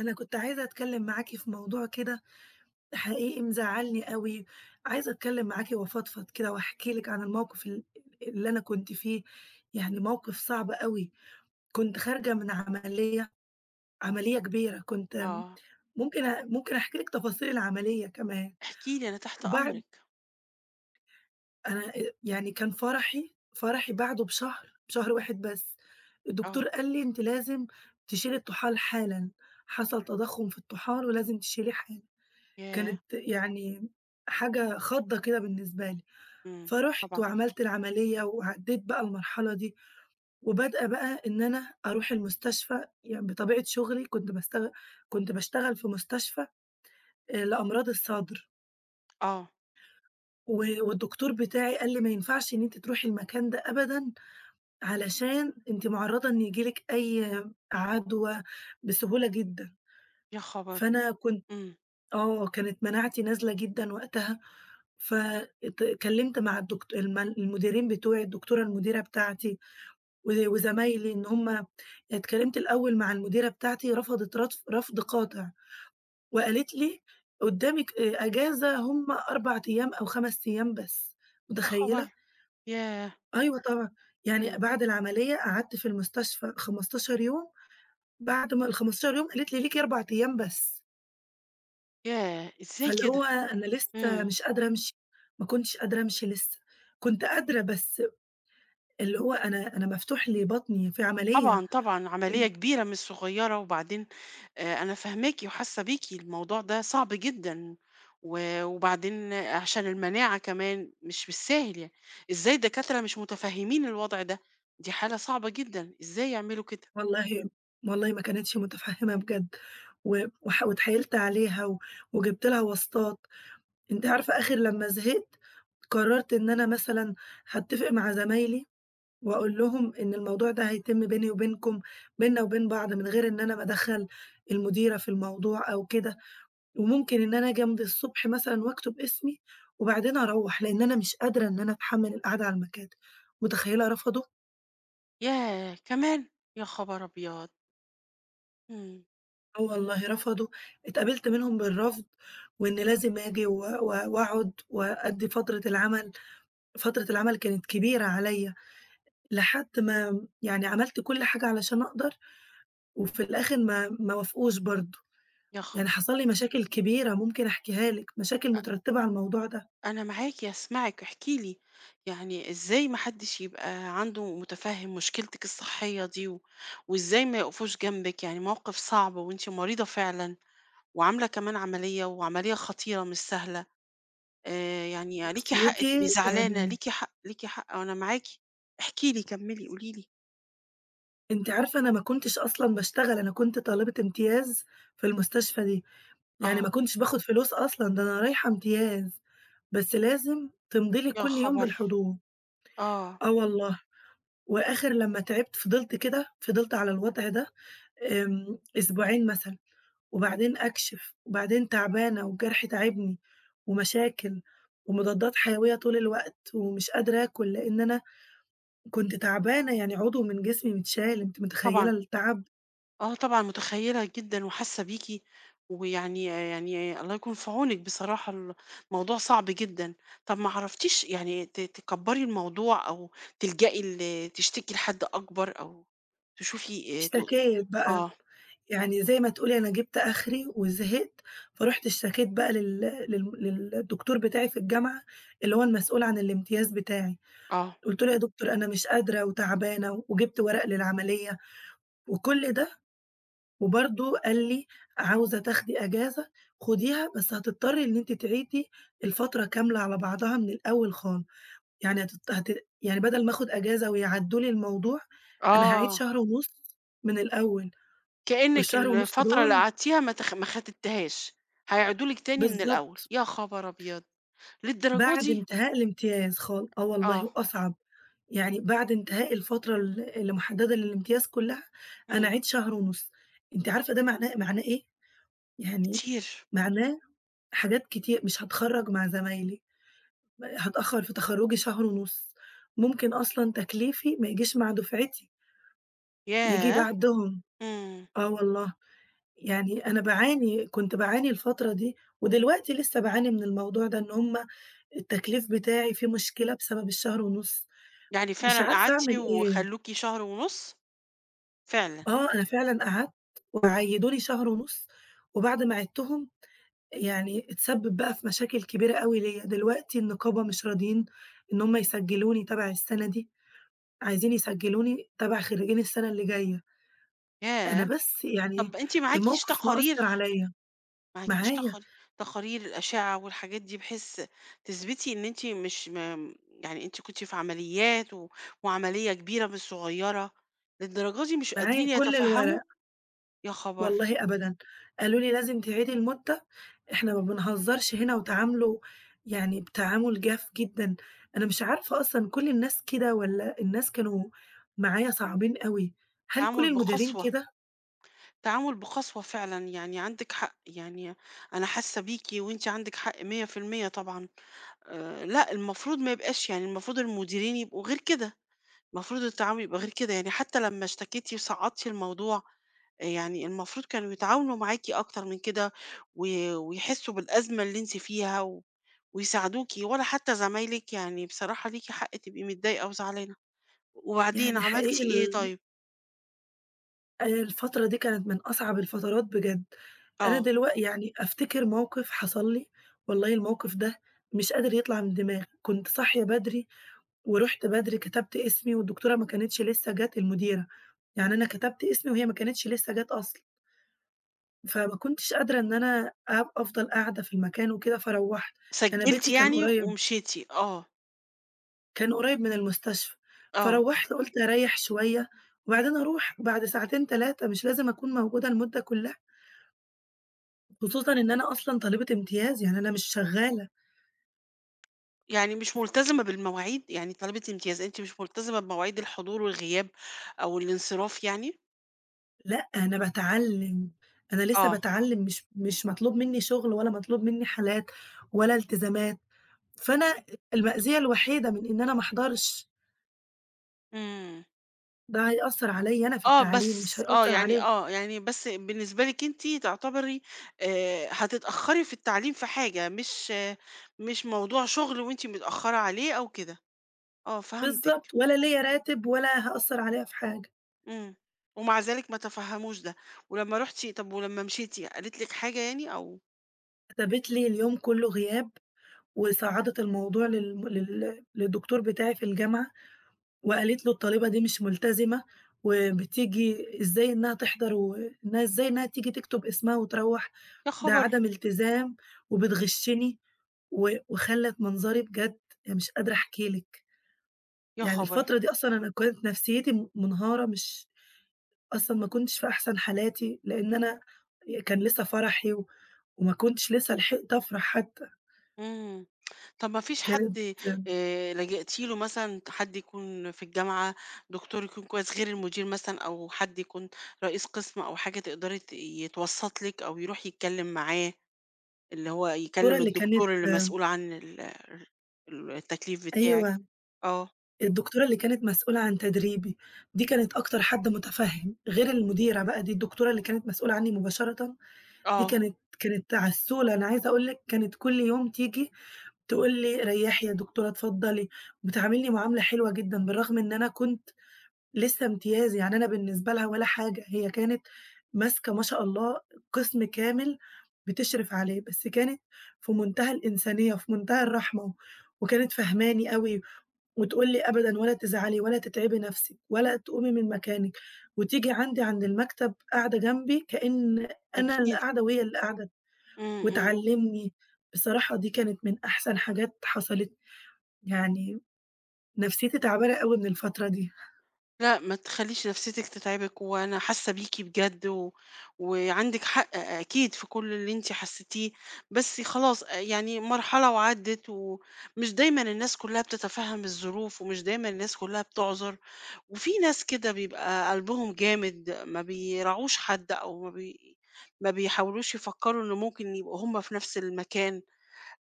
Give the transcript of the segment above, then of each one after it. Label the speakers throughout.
Speaker 1: أنا كنت عايزة أتكلم معاكِ في موضوع كده، حقيقي مزعّلني أوي. عايزة أتكلم معاكِ وأفضفض كده وأحكي لِك عن الموقف اللي أنا كنت فيه، يعني موقف صعب أوي، كنت خارجة من عملية، عملية كبيرة كنت م
Speaker 2: آه،
Speaker 1: ممكن أ ممكن أحكي لِك تفاصيل العملية كمان.
Speaker 2: احكي لي أنا تحت
Speaker 1: وبعد
Speaker 2: أمرِك.
Speaker 1: أنا أ يعني كان فرحي بعده بشهر واحد بس.
Speaker 2: آه.
Speaker 1: الدكتور قال لي: "أنتِ لازم تشيلي الطحال حالًا، حصل تضخم في الطحال ولازم تشيليه حالًا."
Speaker 2: ياه!
Speaker 1: كانت يعني حاجة خضة كده بالنسبة لي،
Speaker 2: إمم.
Speaker 1: فرُحت
Speaker 2: طبعًا.
Speaker 1: وعملت العملية وعدّيت بقى المرحلة دي. وبادئة بقى إن أنا أروح المستشفى، يعني بطبيعة شغلي كنت باشتغل في مستشفى لأمراض الصدر.
Speaker 2: آه.
Speaker 1: والدكتور بتاعي قال لي: "ما ينفعش إن أنتِ تروحي المكان ده أبدًا، علشان أنتِ مُعرّضة إن ييجي لِك أي عدوى بسهولة جدًا."
Speaker 2: يا خبر!
Speaker 1: فأنا كنت
Speaker 2: إمم.
Speaker 1: آه، كانت مناعتي نازلة جدًا وقتها. فات اتكلمت مع الدكت الم المديرين بتوعي، الدكتورة المديرة بتاعتي وزمايلي، إن هم اتكلمت الأول مع المديرة بتاعتي، رفض قاطع وقالت لي: "قدامِك أجازة هم 4 أيام أو 5 أيام بس."
Speaker 2: يا
Speaker 1: متخيلة؟
Speaker 2: خبر! ياه!
Speaker 1: أيوه طبعًا. يعني
Speaker 2: إمم.
Speaker 1: بعد العملية قعدت في المستشفى 15 يوم، بعد ما ال15 يوم قالت لي: "ليكِ 4 أيام بس."
Speaker 2: ياه! إزاي
Speaker 1: فاللي
Speaker 2: كده؟
Speaker 1: هو أنا لسه
Speaker 2: إمم.
Speaker 1: مش قادرة أمشي، ما كنتش قادرة أمشي لسه، كنت قادرة بس اللي هو أنا مفتوح لي بطني في عملية.
Speaker 2: طبعًا، طبعًا، عملية
Speaker 1: إمم.
Speaker 2: كبيرة مش صغيرة، وبعدين أنا فاهماكِ وحاسة بيكِ، الموضوع ده صعب جدًا، و وبعدين عشان المناعة كمان مش بالساهل يعني. إزاي الدكاترة مش متفهمين الوضع ده؟ دي حالة صعبة جدًا، إزاي يعملوا كده؟
Speaker 1: والله والله ما كانتش متفهمة بجد، و وح واتحايلت عليها وجبت لها واسطات. أنتِ عارفة، آخر لمّا زهقت قررت إن أنا مثلًا هاتفق مع زمايلي وأقول لهم إن الموضوع ده هيتم بيني وبينكم، بيننا وبين بعض، من غير إن أنا ما أدخّل المديرة في الموضوع أو كده، وممكن إن أنا آجي أمضي الصبح مثلًا وأكتب اسمي وبعدين أروّح، لإن أنا مش قادرة إن أنا أتحمل القعدة على المكاتب. متخيلة رفضوا؟
Speaker 2: ياه! كمان! يا خبر أبيض! إمم.
Speaker 1: آه والله رفضوا، اتقابلت منهم بالرفض، وإن لازم آجي و و وأقعد وأدّي فترة العمل. فترة العمل كانت كبيرة عليَّ، لحد ما يعني عملت كل حاجة علشان أقدر، وفي الآخر ما وافقوش برضه.
Speaker 2: يا خبر!
Speaker 1: يعني حصل لي مشاكل كبيرة ممكن أحكيها لِك، مشاكل مترتبة على الموضوع ده.
Speaker 2: أنا معاكي هاسمعِك، احكي لي. يعني إزاي ما حدش يبقى عنده متفهم مشكلتِك الصحية دي، و وإزاي ما يقفوش جنبِك، يعني موقف صعب وأنتِ مريضة فعلًا، وعاملة كمان عملية، وعملية خطيرة مش سهلة. يعني ليكِ حق تبقي
Speaker 1: نفسيتي
Speaker 2: زعلانة،
Speaker 1: يعني،
Speaker 2: ليكِ حق، ليكِ حق، وأنا معاكِ. احكي لي، كمّلي، قولي لي.
Speaker 1: أنتِ عارفة أنا ما كنتش أصلًا باشتغل، أنا كنت طالبة امتياز في المستشفى دي، يعني
Speaker 2: آه.
Speaker 1: ما كنتش باخد فلوس أصلًا، ده أنا رايحة امتياز. بس لازم تمضي لي
Speaker 2: يا
Speaker 1: كل يوم
Speaker 2: خبر!
Speaker 1: بالحضور.
Speaker 2: آه.
Speaker 1: آه والله. وآخر لمّا تعبت فضلت على الوضع ده أسبوعين مثلًا، وبعدين أكشف، وبعدين تعبانة والجرح تاعبني، ومشاكل ومضادات حيوية طول الوقت، ومش قادرة آكل لإن أنا كنت تعبانة، يعني عضو من جسمي متشال. أنتِ متخيلة
Speaker 2: طبعًا.
Speaker 1: التعب؟
Speaker 2: آه، طبعًا متخيّلة جدًا وحاسة بيكِ. ويعني يعني الله يكون في عونِك بصراحة الموضوع صعب جدًا. طَب ما عرفتيش يعني تكبّري الموضوع أو تلجئي تشتكي لحد أكبر أو تشوفي ت
Speaker 1: اشتكيت بقى.
Speaker 2: آه.
Speaker 1: يعني زي ما تقولي أنا جِبت آخري وزهقت، فرُحت اشتكيت بقى لل للم للدكتور بتاعي في الجامعة، اللي هو المسؤول عن الامتياز بتاعي.
Speaker 2: آه.
Speaker 1: قُلت له: "يا دكتور أنا مش قادرة وتعبانة وجِبت ورق للعملية وكل ده." وبرضه قال لي: "عاوزة تاخدي إجازة خُديها، بس هتضطري إن أنتِ تعيدي الفترة كاملة على بعضها من الأول خالص، يعني هتضط هت يعني بدل ما آخد إجازة ويعدّوا لي الموضوع، أنا هاعيد
Speaker 2: آه.
Speaker 1: شهر ونُص من الأول،
Speaker 2: كإنِّك
Speaker 1: والشهر ونُص
Speaker 2: الفترة اللي
Speaker 1: دول."
Speaker 2: قعدتيها ما ختمتيهاش. هيعيدوا لِك تاني من الأول،
Speaker 1: بالضبط.
Speaker 2: يا خبر أبيض! للدرجة
Speaker 1: بعد
Speaker 2: دي!
Speaker 1: انتهاء الامتياز آه والله،
Speaker 2: آه.
Speaker 1: وأصعب، يعني بعد انتهاء الفترة اللي محددة للامتياز كلها، أنا
Speaker 2: إمم.
Speaker 1: أعيد شهر ونُص. أنتِ عارفة ده معناه إيه؟ يعني
Speaker 2: كتير.
Speaker 1: معناه حاجات كتير مش هاتخرّج مع زمايلي، هاتأخّر في تخرُّجي شهر ونُص، ممكن أصلًا تكليفي ما يجيش مع دفعتي، ييجي
Speaker 2: ياه!
Speaker 1: بعدهم.
Speaker 2: إمم.
Speaker 1: آه والله. يعني أنا كنت باعاني الفترة دي، ودلوقتي لسه باعاني من الموضوع ده، إن هُم التكليف بتاعي فيه مشكلة بسبب الشهر ونُص.
Speaker 2: يعني
Speaker 1: مش
Speaker 2: فعلًا
Speaker 1: عارفة
Speaker 2: قعدتِ
Speaker 1: أعمل إيه.
Speaker 2: وخلّوكِ شهر ونُص؟ فعلًا.
Speaker 1: آه، أنا فعلًا قعدت وعيّدوا لي شهر ونُص، وبعد ما عيدتهم يعني اتسبب بقى في مشاكل كبيرة أوي ليّا، دلوقتي النقابة مش راضيين إن هم يسجلوني تبع السنة دي، عايزين يسجلوني تبع خريجين السنة اللي جاية. أنا
Speaker 2: ياه!
Speaker 1: بس يعني
Speaker 2: طَب أنتِ معاكيش
Speaker 1: الموقف مأثّر
Speaker 2: تقارير
Speaker 1: عليّا.
Speaker 2: معاكيش
Speaker 1: معايا،
Speaker 2: تقارير تقارير الأشعة والحاجات دي بحيث تثبتي إن أنتِ مش م يعني أنتِ كنتِ في عمليات و وعملية كبيرة مش صغيرة. للدرجة دي مش
Speaker 1: معايا
Speaker 2: قادرين
Speaker 1: كل
Speaker 2: يتفهموا؟
Speaker 1: الورق.
Speaker 2: يا خبر!
Speaker 1: والله أبدًا، قالوا لي: "لازم تعيدي المدة، إحنا ما بنهزرش هنا." وتعاملوا يعني بتعامل جاف جدًا. أنا مش عارفة أصلًا كل الناس كده والّا الناس كانوا معايا صعبين أوي؟ هل كل
Speaker 2: تعامل
Speaker 1: المديرين
Speaker 2: بقسوة،
Speaker 1: كده؟
Speaker 2: تعامل بقسوة فعلًا، يعني عندِك حق. يعني أنا حاسة بيكِ وأنتِ عندِك حق 100% طبعًا. لأ المفروض ما يبقاش، يعني المفروض المديرين يبقوا غير كده. المفروض التعاون يبقى غير كده، يعني حتى لمّا اشتكيتِ وصعّدتِ الموضوع، يعني المفروض كانوا يتعاونوا معاكِ أكتر من كده و ويحسّوا بالأزمة اللي أنتِ فيها و ويساعدوكِ ولا حتى زمايلِك، يعني بصراحة ليكِ حق تبقي متضايقة وزعلانة. وبعدين
Speaker 1: يعني حقيقي
Speaker 2: عملتِ إيه طيب؟
Speaker 1: الفترة دي كانت من أصعب الفترات بجد. أنا
Speaker 2: آه.
Speaker 1: يعني أفتكر موقف حصل لي، والله الموقف ده مش قادر يطلع من دماغي. كنت صاحية بدري ورُحت بدري كتبت اسمي، والدكتورة ما كانتش لسه جات المديرة، يعني أنا كتبت اسمي وهي ما كانتش لسه جات أصلًا، فما كنتش قادرة إن أنا أفضل قاعدة في المكان وكده، فروّحت. أنا
Speaker 2: سجّلتِ
Speaker 1: بيتي
Speaker 2: يعني ومشيتِ. آه.
Speaker 1: كان قريب من المستشفى،
Speaker 2: آه.
Speaker 1: فروّحت قُلت أريّح شوية وبعدين أروح بعد ساعتين 3، مش لازم أكون موجودة المدة كلّها، خصوصًا إن أنا أصلًا طالبة امتياز، يعني أنا مش شغّالة،
Speaker 2: يعني مش ملتزمة بالمواعيد، يعني طالبة امتياز، أنتِ مش ملتزمة بمواعيد الحضور والغياب أو الانصراف يعني؟
Speaker 1: لأ أنا باتعلّم، أنا لسه
Speaker 2: آه.
Speaker 1: باتعلّم، مش مطلوب منّي شغل ولا مطلوب منّي حالات ولا التزامات. فأنا المأزية الوحيدة من إن أنا ما أحضرش،
Speaker 2: إمم.
Speaker 1: ده هيأثّر عليّا أنا في
Speaker 2: آه،
Speaker 1: التعليم، مش
Speaker 2: بس آه،
Speaker 1: هيأثّر
Speaker 2: يعني
Speaker 1: عليها.
Speaker 2: آه، يعني بس بالنسبة لِك أنتِ تعتبري هتتأخّري في التعليم في حاجة مش موضوع شغل وأنتِ متأخّرة عليه أو كده. آه، فهمتِك.
Speaker 1: بالضبط، ولا ليّا راتب ولا هأثّر عليها في حاجة.
Speaker 2: إمم. ومع ذلك ما تفهّموش ده. ولمّا رُحتِ، طَب ولمّا مشيتِ قالت لِك حاجة يعني أو
Speaker 1: كتبت لي اليوم كُلّه غياب، وصعّدت الموضوع للم لل للدكتور بتاعي في الجامعة وقالت له الطالبة دي مش ملتزمة وبتيجي، إزاي إنّها تيجي تكتب اسمها وتروّح،
Speaker 2: يا
Speaker 1: ده
Speaker 2: خبر!
Speaker 1: عدم التزام وبتغشّني، وخلّت منظري بجد، يعني مش قادرة أحكي لِك.
Speaker 2: يا
Speaker 1: يعني
Speaker 2: خبر!
Speaker 1: الفترة دي أصلًا أنا كانت نفسيتي منهارة، مش أصلًا ما كنتش في أحسن حالاتي، لإن أنا كان لسه فرحي وما كنتش لسه لحقت أفرح حتى.
Speaker 2: إمم. طب ما فيش
Speaker 1: كانت
Speaker 2: حد لجأتِ له مثلًا، حد يكون في الجامعة، دكتور يكون كويس غير المدير مثلًا أو حد يكون رئيس قسم أو حاجة تقدري يتوسّط لِك أو يروح يتكلم معاه، اللي هو
Speaker 1: الدكتورة
Speaker 2: يكلم
Speaker 1: اللي كانت
Speaker 2: الدكتور اللي مسؤول عن ال التكليف بتاعِك.
Speaker 1: أيوه،
Speaker 2: آه.
Speaker 1: الدكتورة اللي كانت مسؤولة عن تدريبي، دي كانت أكتر حد متفهم، غير المديرة بقى. دي الدكتورة اللي كانت مسؤولة عني مباشرةً، دي
Speaker 2: آه.
Speaker 1: كانت عسولة. أنا عايزة أقول لِك كانت كل يوم تيجي تقول لي: "ريّحي يا دكتورة، اتفضلي." وبتعاملني معاملة حلوة جدًا، بالرغم إن أنا كنت لسه امتياز، يعني أنا بالنسبة لها ولا حاجة. هي كانت ماسكة ما شاء الله قسم كامل بتشرف عليه، بس كانت في منتهى الإنسانية وفي منتهى الرحمة، وكانت فاهماني أوي، وتقول لي أبدًا ولا تزعلي ولا تتعبي نفسِك ولا تقومي من مكانِك، وتيجي عندي عند المكتب قاعدة جنبي كأن أنا اللي
Speaker 2: أكيد.
Speaker 1: قاعدة وهي اللي قاعدة،
Speaker 2: إمم. إمم.
Speaker 1: وتعلمني. بصراحة دي كانت من أحسن حاجات حصلت لي. يعني نفسيتي تعبانة أوي من الفترة دي
Speaker 2: لأ، ما تخلّيش نفسيتِك تتعبِك، وأنا حاسة بيكِ بجد وعندِك حق أكيد في كل اللي أنتِ حسيتيه. بس خلاص يعني مرحلة وعدِّت، ومش دايمًا الناس كلّها بتتفهّم الظروف، ومش دايمًا الناس كلّها بتُعذر، وفي ناس كده بيبقى قلبهم جامد، ما بيراعوش حد أو ما بيحاولوش يفكّروا إن ممكن يبقوا هم في نفس المكان.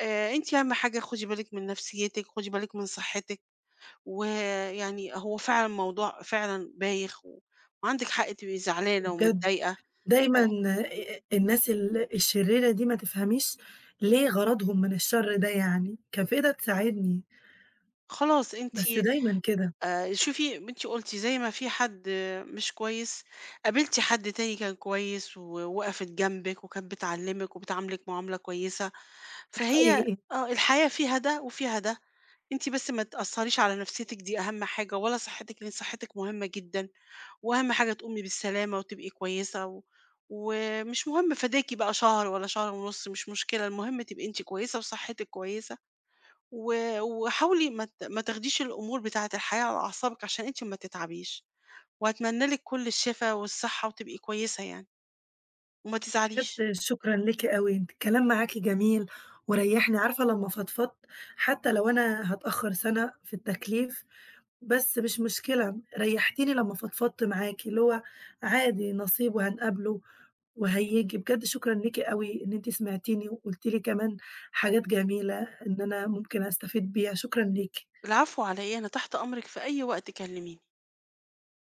Speaker 2: أنتِ أهم حاجة خُدي بالِك من نفسيتِك، خُدي بالِك من صحتِك. ويعني هو فعلًا موضوع فعلًا بايخ وعندِك حق تبقي زعلانة
Speaker 1: بجد.
Speaker 2: ومتضايقة.
Speaker 1: دايمًا
Speaker 2: أ
Speaker 1: الناس الشريرة دي ما تفهميش ليه غرضهم من الشر ده، يعني كان في إيدها تساعدني،
Speaker 2: خلاص أنتِ
Speaker 1: بس دايمًا كده.
Speaker 2: شوفي، أنتِ قُلتِ زي ما في حد آه، مش كويس. قابلتِ حد تاني كان كويس ووقفت جنبِك وكانت بتعلّمِك وبتعاملِك معاملة كويسة، فهي
Speaker 1: حقيقي.
Speaker 2: آه. الحياة فيها ده وفيها ده. أنتِ بس ما تأثّريش على نفسيتِك، دي أهم حاجة، ولا صحتِك لإن صحتِك مهمة جدًا. وأهم حاجة تقومي بالسلامة وتبقي كويسة. ومش مهم، فداكي بقى شهر ولا شهر ونص، مش مشكلة، المهم تبقي انت كويسة وصحتك كويسة و... وحاولي ما تاخديش الأمور بتاعة الحياة على أعصابك عشان انت ما تتعبيش. وأتمنى لك كل الشفاء والصحة وتبقي كويسة يعني، وما تزعليش.
Speaker 1: بجد شكرًا ليكِ أوي، أنتِ الكلام معاكِ جميل وريّحني، عارفة لمّا فضفضت، حتى لو أنا هاتأخر سنة في التكليف بس مش مشكلة، ريّحتيني لمّا فضفضت معاكِ، اللي هو عادي، نصيب وهنقابله وهييجي. بجد شكرًا ليكِ أوي إن أنتِ سمعتيني وقُلتِ لي كمان حاجات جميلة إن أنا ممكن أستفيد بيها. شكرًا ليكِ.
Speaker 2: العفو، على ايه؟ أنا تحت أمرك، في أي وقت كلميني.